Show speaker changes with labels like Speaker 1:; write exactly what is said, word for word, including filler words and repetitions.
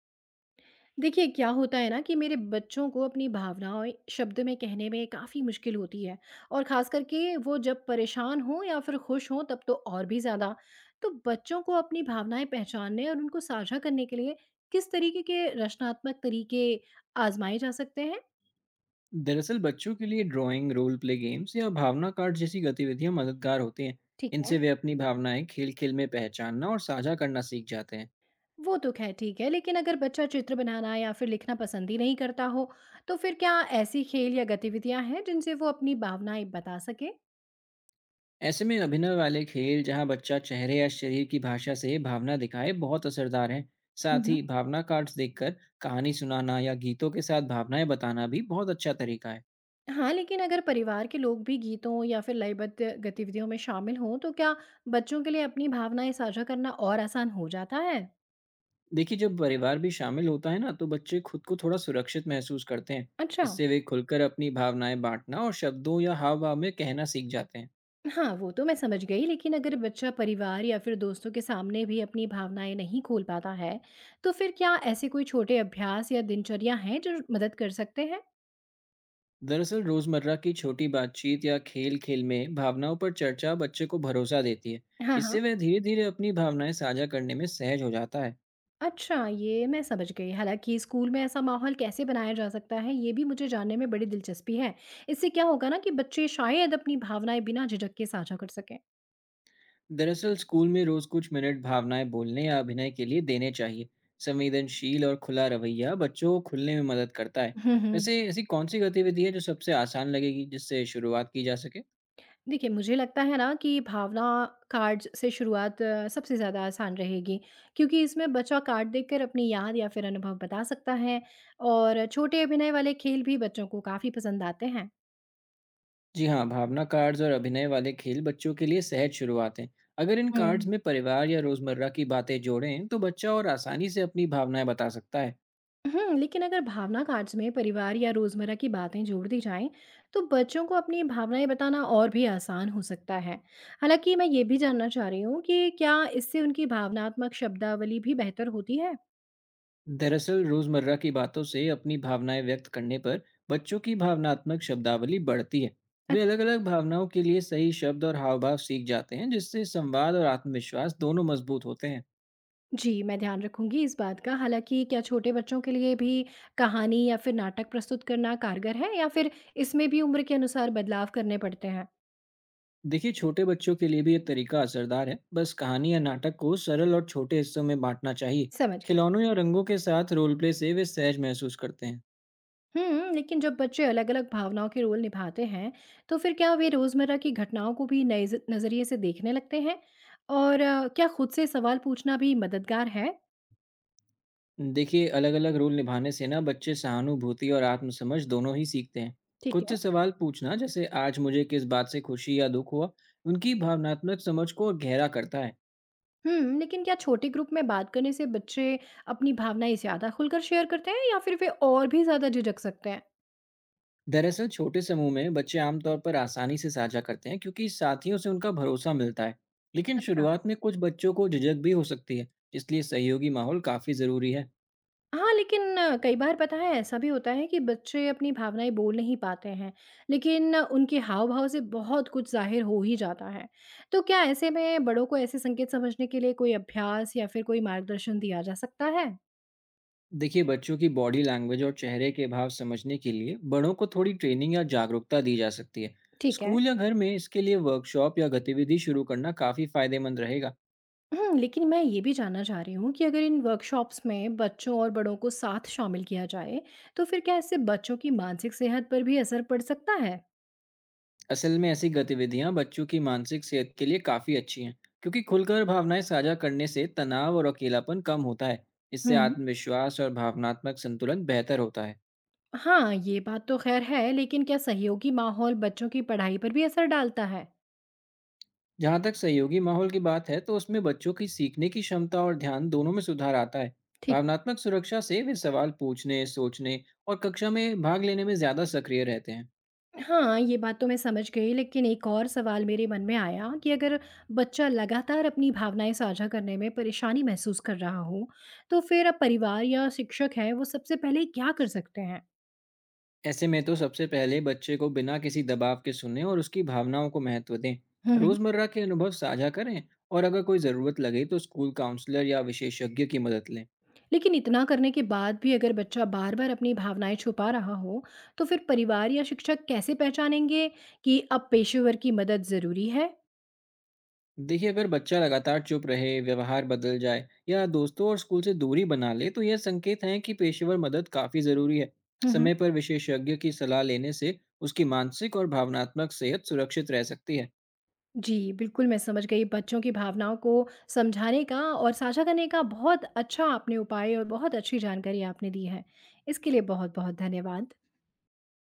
Speaker 1: देखिए क्या होता है ना कि मेरे बच्चों को अपनी भावनाएं शब्द में कहने में काफ़ी मुश्किल होती है। और ख़ास करके वो जब परेशान हों या फिर खुश हों तब तो और भी ज़्यादा। तो बच्चों को अपनी भावनाएं पहचानने और उनको साझा करने के लिए किस तरीके के रचनात्मक तरीके आजमाए जा सकते हैं।
Speaker 2: दरअसल बच्चों के लिए ड्राइंग, रोल प्ले गेम्स या भावना कार्ड जैसी गतिविधियां मददगार होती हैं।
Speaker 1: ठीक है।
Speaker 2: इनसे वे अपनी भावनाएं खेल-खेल में पहचानना और साझा करना सीख जाते हैं।
Speaker 1: वो तो खैर ठीक है, लेकिन अगर बच्चा चित्र बनाना या फिर लिखना पसंद ही नहीं करता हो, तो फिर क्या ऐसी खेल या गतिविधियां हैं जिनसे वो अपनी भावनाएं बता सके।
Speaker 2: ऐसे में अभिनय वाले खेल जहां बच्चा चेहरे या शरीर की भाषा से भावना दिखाए बहुत असरदार हैं। साथ ही भावना कार्ड्स देखकर कहानी सुनाना या गीतों के साथ भावनाएं बताना भी बहुत अच्छा तरीका है।
Speaker 1: हाँ, लेकिन अगर परिवार के लोग भी गीतों या फिर लयबद्ध गतिविधियों में शामिल हों, तो क्या बच्चों के लिए अपनी भावनाएं साझा करना और आसान हो जाता है?
Speaker 2: देखिए जब परिवार भी शामिल होता है ना तो बच्चे खुद को थोड़ा सुरक्षित महसूस करते हैं।
Speaker 1: अच्छा।
Speaker 2: इससे वे खुलकर अपनी भावनाएं बांटना और शब्दों या हाव भाव में कहना सीख जाते हैं।
Speaker 1: हाँ, वो तो मैं समझ गई, लेकिन अगर बच्चा परिवार या फिर दोस्तों के सामने भी अपनी भावनाएं नहीं खोल पाता है, तो फिर क्या ऐसे कोई छोटे अभ्यास या दिनचर्या हैं जो मदद कर सकते हैं?
Speaker 2: दरअसल रोजमर्रा की छोटी बातचीत या खेल खेल में भावनाओं पर चर्चा बच्चे को भरोसा देती है।
Speaker 1: हाँ, हाँ।
Speaker 2: इससे वह धीरे धीरे अपनी भावनाएं साझा करने में सहज हो जाता है।
Speaker 1: अच्छा, ये मैं समझ गई। हालाँकि स्कूल में ऐसा माहौल कैसे बनाया जा सकता है, ये भी मुझे जानने में बड़ी दिलचस्पी है। इससे क्या होगा ना कि बच्चे शायद अपनी भावनाएँ बिना झिझक के साझा कर सकें।
Speaker 2: दरअसल स्कूल में रोज कुछ मिनट भावनाएं बोलने या अभिनय के लिए देने चाहिए। संवेदनशील और खुला रवैया बच्चों को खुलने में मदद करता है।
Speaker 1: हुँ, हुँ।
Speaker 2: वैसे ऐसी कौन सी गतिविधि है जो सबसे आसान लगेगी जिससे शुरुआत की जा सके?
Speaker 1: देखिए, मुझे लगता है ना कि भावना कार्ड्स से शुरुआत अ, सबसे ज़्यादा आसान रहेगी, क्योंकि इसमें बच्चा कार्ड देखकर अपनी याद या फिर अनुभव बता सकता है। और छोटे अभिनय वाले खेल भी बच्चों को काफ़ी पसंद आते हैं।
Speaker 2: जी हाँ, भावना कार्ड्स और अभिनय वाले खेल बच्चों के लिए सहज शुरुआत हैं। अगर इन कार्ड्स
Speaker 1: हुँ।
Speaker 2: में परिवार या रोजमर्रा की बातें जोड़ें तो बच्चा और आसानी से अपनी भावनाएं बता सकता है।
Speaker 1: हम्म, लेकिन अगर भावना कार्ड्स में परिवार या रोजमर्रा की बातें जोड़ दी जाएं, तो बच्चों को अपनी भावनाएं बताना और भी आसान हो सकता है। हालांकि मैं ये भी जानना चाह रही हूँ कि क्या इससे उनकी भावनात्मक शब्दावली भी बेहतर होती है?
Speaker 2: दरअसल रोजमर्रा की बातों से अपनी भावनाएं व्यक्त करने पर बच्चों की भावनात्मक शब्दावली बढ़ती है। वे
Speaker 1: अच्छा।
Speaker 2: अलग अलग भावनाओं के लिए सही शब्द और हावभाव सीख जाते हैं, जिससे संवाद और आत्मविश्वास दोनों मजबूत होते हैं।
Speaker 1: जी, मैं ध्यान रखूंगी इस बात का। हालांकि क्या छोटे बच्चों के लिए भी कहानी या फिर नाटक प्रस्तुत करना कारगर है, या फिर इसमें भी उम्र के अनुसार बदलाव करने पड़ते हैं?
Speaker 2: देखिए, छोटे बच्चों के लिए भी ये तरीका असरदार है। बस कहानी या नाटक को सरल और छोटे हिस्सों में बांटना चाहिए।
Speaker 1: समझ गई।
Speaker 2: खिलौनों या रंगों के साथ रोल प्ले से वे सहज महसूस करते हैं।
Speaker 1: हुँ, लेकिन जब बच्चे अलग-अलग भावनाओं के रोल निभाते हैं, तो फिर क्या वे रोज़मर्रा की घटनाओं को भी नए ज़ नज़रिए से देखने लगते हैं? और अ, क्या खुद से सवाल पूछना भी मददगार है?
Speaker 2: देखिए, अलग अलग रोल निभाने से ना बच्चे सहानुभूति और आत्मसमझ दोनों ही सीखते हैं।
Speaker 1: ठीक
Speaker 2: खुद
Speaker 1: है।
Speaker 2: से सवाल पूछना, जैसे आज मुझे किस बात से खुशी या दुख हुआ, उनकी भावनात्मक समझ को गहरा करता है।
Speaker 1: हुँ, लेकिन क्या छोटे ग्रुप में बात करने से बच्चे अपनी भावनाएँ ज़्यादा खुलकर शेयर करते हैं, या फिर वे और भी ज़्यादा झिझक सकते हैं?
Speaker 2: दरअसल छोटे समूह में बच्चे आमतौर पर आसानी से साझा करते हैं, क्योंकि साथियों से उनका भरोसा मिलता है। लेकिन
Speaker 1: अच्छा।
Speaker 2: शुरुआत में कुछ बच्चों को झिझक भी हो सकती है। इसलिए सहयोगी माहौल काफ़ी ज़रूरी है।
Speaker 1: हाँ, लेकिन अ, कई बार पता है ऐसा भी होता है कि बच्चे अपनी भावनाएँ बोल नहीं पाते हैं, लेकिन अ, उनके हाव-भाव से बहुत कुछ ज़ाहिर हो ही जाता है। तो क्या ऐसे में बड़ों को ऐसे संकेत समझने के लिए कोई अभ्यास या फिर कोई मार्गदर्शन दिया जा सकता है?
Speaker 2: देखिए, बच्चों की बॉडी लैंग्वेज और चेहरे के भाव समझने के लिए बड़ों को थोड़ी ट्रेनिंग या जागरूकता दी जा सकती है।
Speaker 1: ठीक है।
Speaker 2: स्कूल या घर में इसके लिए वर्कशॉप या गतिविधि शुरू करना काफ़ी फायदेमंद रहेगा।
Speaker 1: हुँ, लेकिन मैं ये भी जानना चाह रही हूँ कि अगर इन वर्कशॉप्स में बच्चों और बड़ों को साथ शामिल किया जाए, तो फिर क्या इससे बच्चों की मानसिक सेहत पर भी असर पड़ सकता है?
Speaker 2: असल में ऐसी गतिविधियां बच्चों की मानसिक सेहत के लिए काफी अच्छी हैं, क्योंकि खुलकर भावनाएं साझा करने से तनाव और अकेलापन कम होता है। इससे
Speaker 1: हुँ।
Speaker 2: आत्मविश्वास और भावनात्मक संतुलन बेहतर होता है।
Speaker 1: हाँ, ये बात तो खैर है, लेकिन क्या सहयोगी माहौल बच्चों की पढ़ाई पर भी असर डालता है?
Speaker 2: जहां तक सहयोगी माहौल की बात है, तो उसमें बच्चों की सीखने की क्षमता और ध्यान दोनों में सुधार आता है।
Speaker 1: ठीक।
Speaker 2: भावनात्मक सुरक्षा से वे सवाल पूछने, सोचने और कक्षा में भाग लेने में ज्यादा सक्रिय रहते हैं।
Speaker 1: हाँ, ये बात तो मैं समझ गई, लेकिन एक और सवाल मेरे मन में आया कि अगर बच्चा लगातार अपनी भावनाएं साझा करने में परेशानी महसूस कर रहा हो, तो फिर अब परिवार या शिक्षक है, वो सबसे पहले क्या कर सकते हैं?
Speaker 2: ऐसे में तो सबसे पहले बच्चे को बिना किसी दबाव के सुने और उसकी भावनाओं को महत्व दें।
Speaker 1: हम्म, हम्म।
Speaker 2: रोजमर्रा के अनुभव साझा करें, और अगर कोई ज़रूरत लगे तो स्कूल काउंसलर या विशेषज्ञ की मदद लें।
Speaker 1: लेकिन इतना करने के बाद भी अगर बच्चा बार-बार अपनी भावनाएं छुपा रहा हो, तो फिर परिवार या शिक्षक कैसे पहचानेंगे कि अब पेशेवर की मदद ज़रूरी है?
Speaker 2: देखिए, अगर बच्चा लगातार चुप रहे, व्यवहार बदल जाए या दोस्तों और स्कूल से दूरी बना ले, तो यह संकेत हैं कि पेशेवर मदद काफ़ी ज़रूरी है।
Speaker 1: हम्म।
Speaker 2: समय पर विशेषज्ञ की सलाह लेने से उसकी मानसिक और भावनात्मक सेहत सुरक्षित रह सकती है।
Speaker 1: जी, बिल्कुल मैं समझ गई। बच्चों की भावनाओं को समझाने का और साझा करने का बहुत अच्छा आपने उपाय और बहुत अच्छी जानकारी आपने दी है। इसके लिए बहुत-बहुत धन्यवाद।